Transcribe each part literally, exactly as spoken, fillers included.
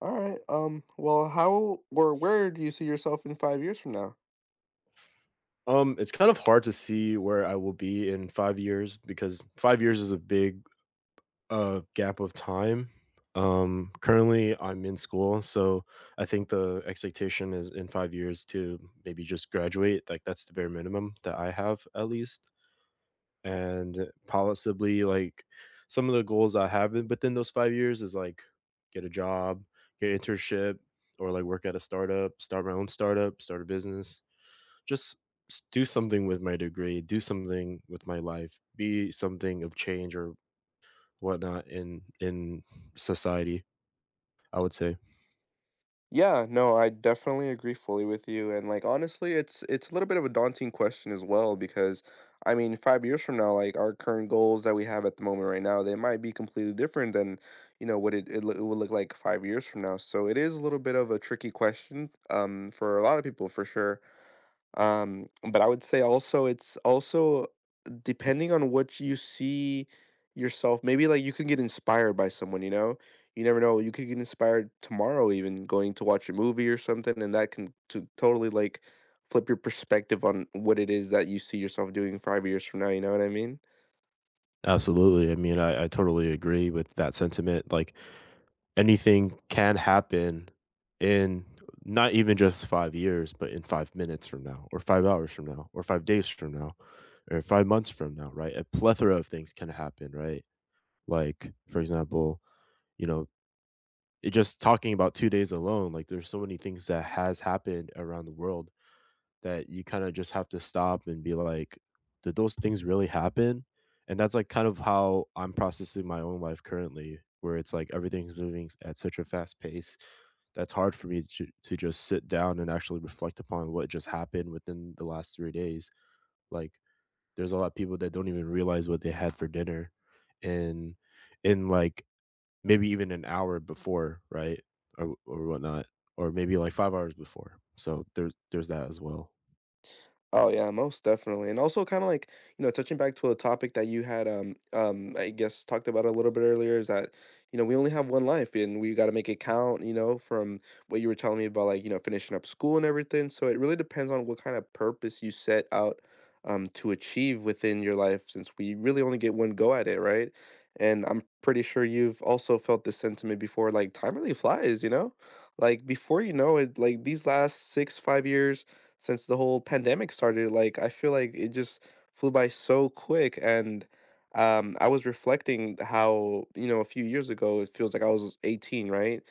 All right. Um, well, how or where do you see yourself in five years from now? Um, it's kind of hard to see where I will be in five years because five years is a big, uh, gap of time. Um, currently, I'm in school, so I think the expectation is in five years to maybe just graduate, like, that's the bare minimum that I have at least, and possibly, like, some of the goals I have in within those five years is, like, get a job, get an internship, or, like, work at a startup, start my own startup, start a business. Just s do something with my degree, do something with my life, be something of change or whatnot in in society, I would say. Yeah, no, I definitely agree fully with you. And like, honestly, it's it's a little bit of a daunting question as well because I mean, five years from now, like our current goals that we have at the moment right now, they might be completely different than, you know, what it, it, lo- it would look like five years from now. So it is a little bit of a tricky question, um, for a lot of people for sure. Um, but I would say also it's also depending on what you see yourself. Maybe like you can get inspired by someone, you know? You never know. You could get inspired tomorrow even going to watch a movie or something, and that can to totally like flip your perspective on what it is that you see yourself doing five years from now, you know what I mean? Absolutely, I mean, I I totally agree with that sentiment, like, anything can happen in not even just five years, but in five minutes from now, or five hours from now, or five days from now, or five months from now, right? A plethora of things can happen, right? Like, for example, you know, it just talking about two days alone, like, there's so many things that has happened around the world that you kinda just have to stop and be like, "Did those things really happen?" And that's, like, kind of how I'm processing my own life currently, where it's like everything's moving at such a fast pace that's hard for me to to just sit down and actually reflect upon what just happened within the last three days. Like, there's a lot of people that don't even realize what they had for dinner, and in like, maybe even an hour before, right? Or or whatnot, or maybe like five hours before. So there's there's that as well. Oh yeah, most definitely. And also kind of like, you know, touching back to a topic that you had um um I guess talked about a little bit earlier is that, you know, we only have one life and we got to make it count, you know. From what you were telling me about, like, you know, finishing up school and everything. So it really depends on what kind of purpose you set out um to achieve within your life, since we really only get one go at it, right? And I'm pretty sure you've also felt this sentiment before, like time really flies, you know? Like before you know it, like these last six, five years since the whole pandemic started, like I feel like it just flew by so quick. And um I was reflecting how, you know, a few years ago it feels like I was eighteen, right?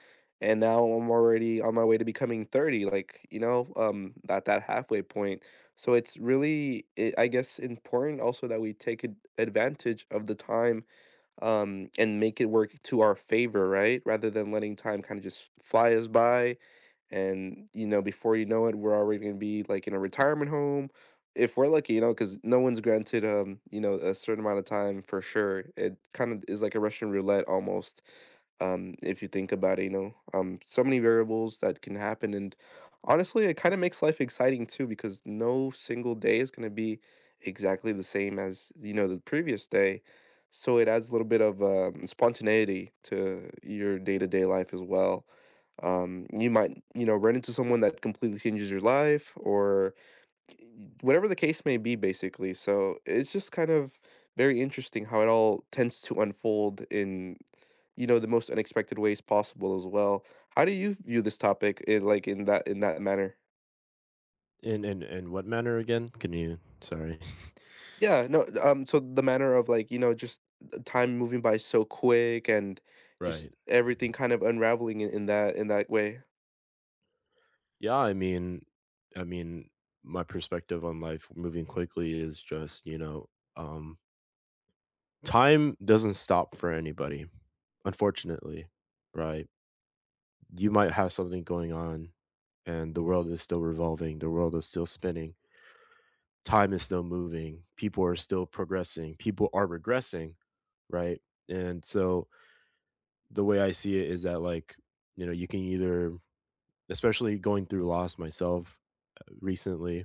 And now I'm already on my way to becoming thirty, like, you know, um at that halfway point. So it's really, it, I guess, important also that we take ad- advantage of the time um and make it work to our favor, right? Rather than letting time kind of just fly us by, and you know, before you know it, we're already going to be like in a retirement home, if we're lucky, you know, because no one's granted, um you know, a certain amount of time for sure. It kind of is like a russian roulette almost, um if you think about it, you know. Um so many variables that can happen, and honestly it kind of makes life exciting too, because no single day is going to be exactly the same as, you know, the previous day. So it adds a little bit of um, spontaneity to your day-to-day life as well. Um, you might, you know, run into someone that completely changes your life or whatever the case may be, basically. So it's just kind of very interesting how it all tends to unfold in, you know, the most unexpected ways possible as well. How do you view this topic in like in that in that manner? In in in what manner again? Can you sorry. Yeah, no, um, so the manner of, like, you know, just the time moving by so quick and just Right. everything kind of unraveling in, in that in that way. Yeah, I mean I mean, my perspective on life moving quickly is just, you know, um, time doesn't stop for anybody, unfortunately, right? You might have something going on and the world is still revolving, the world is still spinning. Time is still moving, people are still progressing, people are regressing, right? And so the way I see it is that like, you know, you can either especially going through loss myself uh, recently,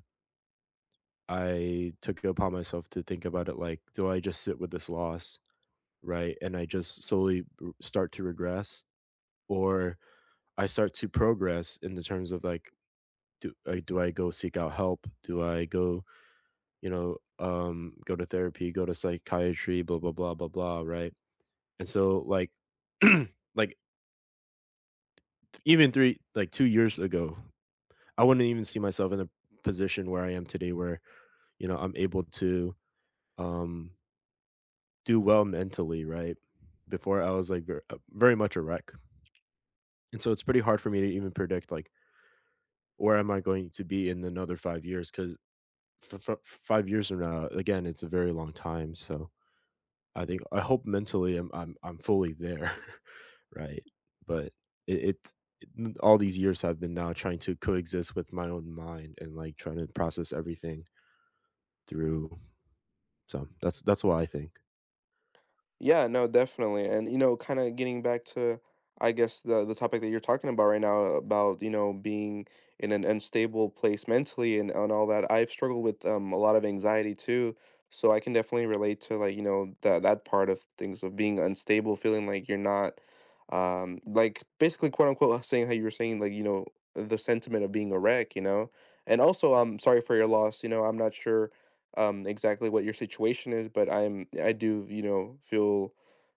I took it upon myself to think about it like, do I just sit with this loss, right? And I just slowly r- start to regress or I start to progress in the terms of like do, like, do I go seek out help? Do I go you know, um, go to therapy, go to psychiatry, blah blah blah blah blah, right? And so like like even 3 like two years ago, I wouldn't even see myself in the position where I am today where, you know, I'm able to um do well mentally, right? Before I was like ver- uh, very much a wreck. And so it's pretty hard for me to even predict like where am I going to be in another five years cuz f- f- five years from now again, it's a very long time, so I think I hope mentally I'm I'm I'm fully there, right? But it it's n all these years I've been now trying to coexist with my own mind and, like, trying to process everything through so that's that's why I think. Yeah, no, definitely. And you know, kind of getting back to, I guess, the the topic that you're talking about right now about, you know, being in an unstable place mentally and, and all that. I've struggled with um a lot of anxiety too. So I can definitely relate to, like, you know, that that part of things, of being unstable, feeling like you're not, um like, basically, quote unquote, saying how you were saying, like, you know, the sentiment of being a wreck, you know. And also, I'm sorry for your loss, you know. I'm not sure um, exactly what your situation is, but I'm, I do, you know, feel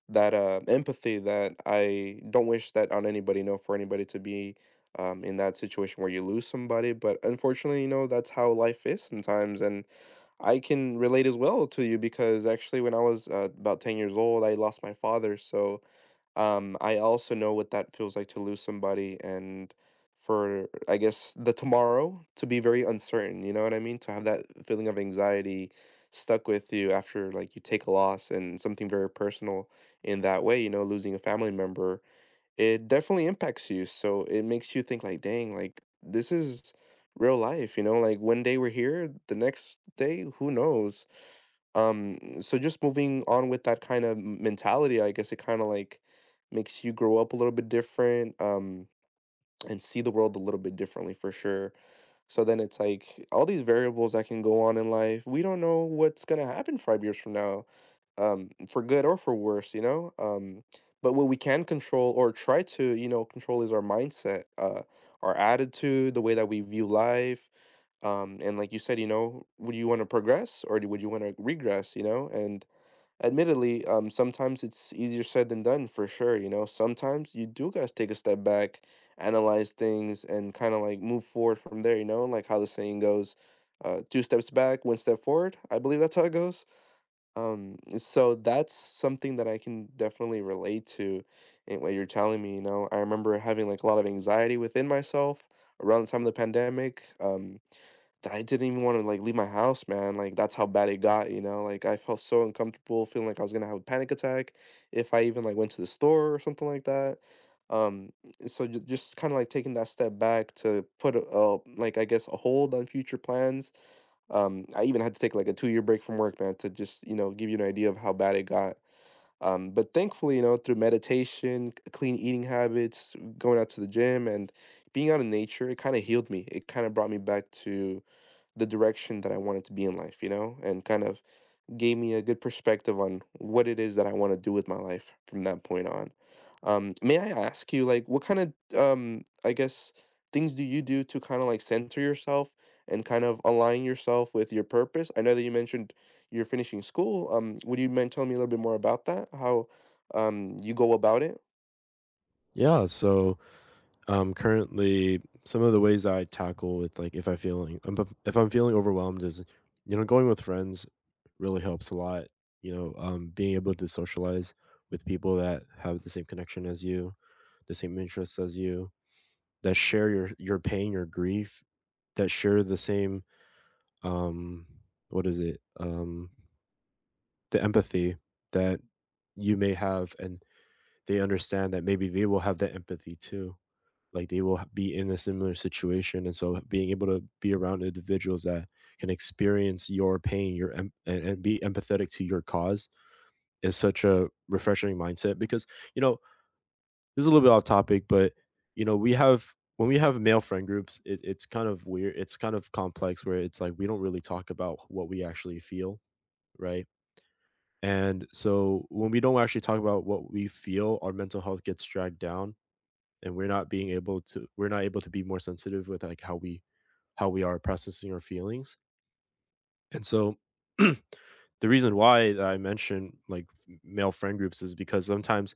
that uh, empathy, that I don't wish that on anybody, you know, for anybody to be, um, in that situation where you lose somebody. But unfortunately, you know, that's how life is sometimes. And I can relate as well to you, because actually, when I was uh, about ten years old, I lost my father. So, um, I also know what that feels like to lose somebody, and for, I guess, the tomorrow to be very uncertain, you know what I mean? To have that feeling of anxiety stuck with you after, like, you take a loss and something very personal in that way, you know, losing a family member, it definitely impacts you. So it makes you think, like, dang, like this is real life, you know, like one day we're here, the next day, who knows? Um, so just moving on with that kind of m- mentality, I guess it kind of like makes you grow up a little bit different, um, and see the world a little bit differently for sure. So then it's like all these variables that can go on in life. We don't know what's gonna happen five years from now, um, for good or for worse, you know. Um, but what we can control, or try to, you know, control, is our mindset, uh, our attitude, the way that we view life. Um, and like you said, you know, would you want to progress or do- would you want to regress? You know. And admittedly, um, sometimes it's easier said than done for sure. You know, sometimes you do guys take a step back, analyze things, and kind of like move forward from there. You know, like how the saying goes, uh, two steps back, one step forward. I believe that's how it goes. Um, so that's something that I can definitely relate to in what you're telling me, you know. I remember having like a lot of anxiety within myself around the time of the pandemic, um, that I didn't even want to like leave my house, man. Like that's how bad it got, you know. Like I felt so uncomfortable, feeling like I was gonna have a panic attack if I even like went to the store or something like that. Um, so ju- just kind of like taking that step back to put a, a like I guess a hold on future plans. um, I even had to take like a two year break from work, man, to just, you know, give you an idea of how bad it got. Um, but thankfully, you know, through meditation, c- clean eating habits, going out to the gym, and being out in nature, it kind of healed me. It kind of brought me back to the direction that I wanted to be in life, you know, and kind of gave me a good perspective on what it is that I want to do with my life from that point on. Um, may I ask you, like, what kind of, um, I guess, things do you do to kind of like center yourself and kind of align yourself with your purpose? I know that you mentioned you're finishing school. Um, would you mind telling me a little bit more about that? How, um, you go about it? Yeah, so, um, currently, some of the ways I tackle with, like, if i feeling um, if if I'm feeling overwhelmed is, you know, going with friends really helps a lot, you know, um, being able to socialize with people that have the same connection as you, the same interests as you, that share your your pain, your grief, that share the same, um, what is it? Um, the empathy that you may have, and they understand that maybe they will have that empathy too. Like they will be in a similar situation, and so being able to be around individuals that can experience your pain, your em- and, and be empathetic to your cause is such a refreshing mindset. Because you know, this is a little bit off topic, but you know, we have when we have male friend groups, it, it's kind of weird. It's kind of complex where it's like we don't really talk about what we actually feel, right? And so when we don't actually talk about what we feel, our mental health gets dragged down, and we're not being able to we're not able to be more sensitive with like how we how we are processing our feelings. And so the reason why I mention like male friend groups is because sometimes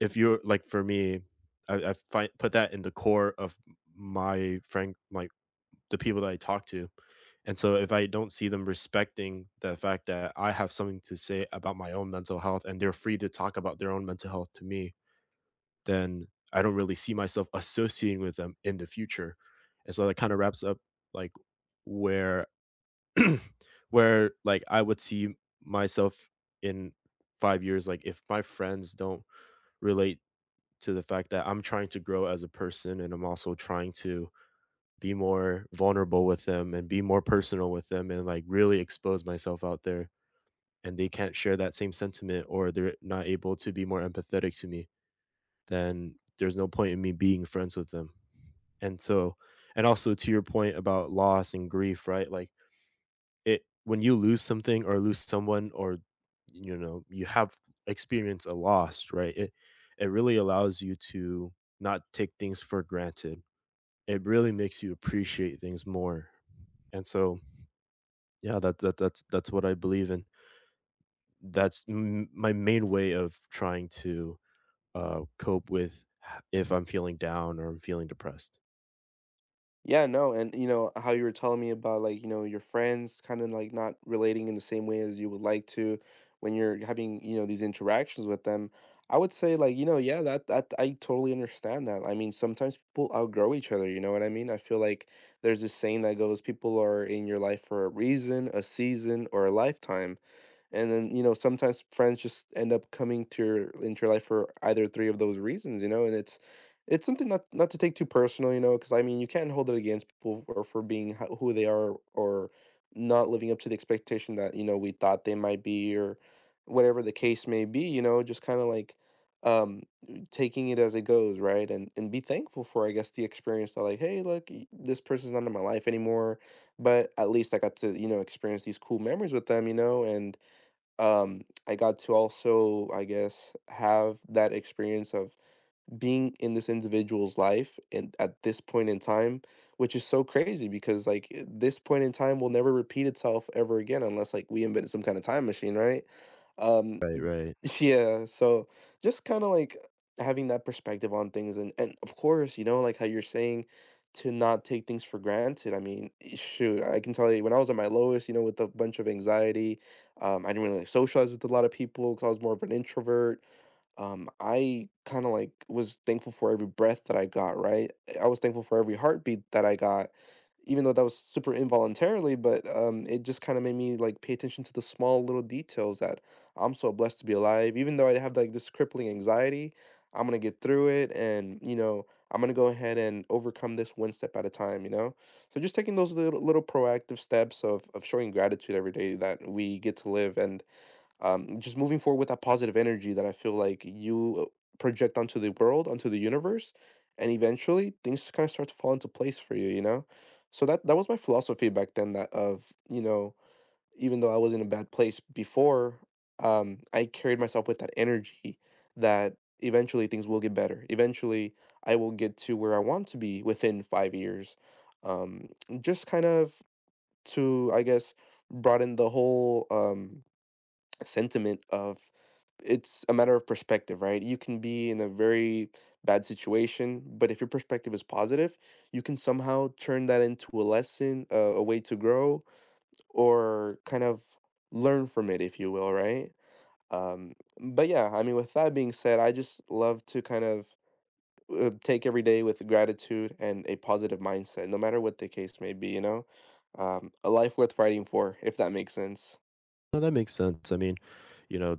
if you're like for me, I I find put that in the core of my friend like the people that I talk to, and so if I don't see them respecting the fact that I have something to say about my own mental health and they're free to talk about their own mental health to me, then I don't really see myself associating with them in the future. And so that kind of wraps up like where where like I would see myself in five years like if my friends don't relate to the fact that I'm trying to grow as a person and I'm also trying to be more vulnerable with them and be more personal with them and like really expose myself out there and they can't share that same sentiment or they're not able to be more empathetic to me then there's no point in me being friends with them, and so and also to your point about loss and grief right like it when you lose something or lose someone or you know you have experienced a loss right it it really allows you to not take things for granted, it really makes you appreciate things more. And so yeah that, that that's that's what I believe in, that's m- my main way of trying to uh cope with h- if I'm feeling down or I'm feeling depressed. Yeah, no. And you know how you were telling me about, like, you know, your friends kind of like not relating in the same way as you would like to when you're having, you know, these interactions with them. I would say, like, you know, yeah, that that I totally understand that. I mean, sometimes people outgrow each other. You know what I mean? I feel like there's this saying that goes, people are in your life for a reason, a season, or a lifetime. And then, you know, sometimes friends just end up coming to your into your life for either three of those reasons, you know, and it's it's something not not to take too personal, you know, because I mean, you can't hold it against people for, for being ho- who they are or not living up to the expectation that, you know, we thought they might be, or whatever the case may be, you know. Just kind of like, um taking it as it goes, right? And and be thankful for, I guess, the experience. That, like, hey, look, y- this person's not in my life anymore, but at least I got to, you know, experience these cool memories with them, you know. And um, I got to also, I guess, have that experience of being in this individual's life and at this point in time, which is so crazy, because like, i- this point in time will never repeat itself ever again, unless like we invent some kind of time machine, right? Um, Right, right. yeah, so just kind of like having that perspective on things. and and of course, you know, like how you're saying, to not take things for granted. I mean, eh, shoot, I can tell you when I was at my lowest, you know, with a bunch of anxiety, um, I didn't really socialize with a lot of people because I was more of an introvert. um, I kind of like was thankful for every breath that I got, right? I was thankful for every heartbeat that I got, even though that was super involuntarily, but um, it just kind of made me like pay attention to the small little details, that I'm so blessed to be alive. Even though I have like this crippling anxiety, I'm gonna get through it, and, you know, I'm gonna go ahead and overcome this one step at a time, you know? So just taking those little, little proactive steps of, of showing gratitude every day that we get to live. And um, just moving forward with that positive energy that I feel like you uh, project onto the world, onto the universe, and eventually things kind of start to fall into place for you, you know? So that that was my philosophy back then, that of, you know, even though I was in a bad place before, um, I carried myself with that energy, that eventually things will get better. Eventually I will get to where I want to be within five years. Um, just kind of to, I guess, broaden the whole um sentiment of, it's a matter of perspective, right? You can be in a very bad situation, but if your perspective is positive, you can somehow turn that into a lesson, uh, a way to grow, or kind of learn from it, if you will, right? Um, but yeah, I mean, with that being said, I just love to kind of uh, take every day with gratitude and a positive mindset, no matter what the case may be, you know? Um, a life worth fighting for, if that makes sense. No, that makes sense. I mean, you know,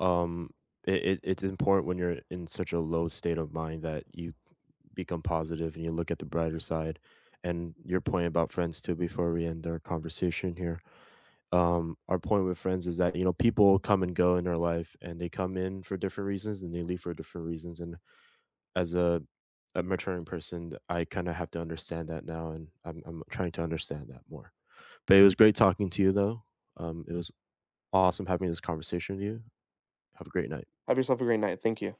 um, it, it it's important when you're in such a low state of mind that you become positive and you look at the brighter side. And your point about friends too, before we end our conversation here, um, our point with friends is that you know people come and go in our life, and they come in for different reasons and they leave for different reasons. And as a, a maturing person, I kind of have to understand that now, and I'm I'm trying to understand that more. But it was great talking to you, though. Um, it was awesome having this conversation with you. Have a great night. Have yourself a great night. Thank you.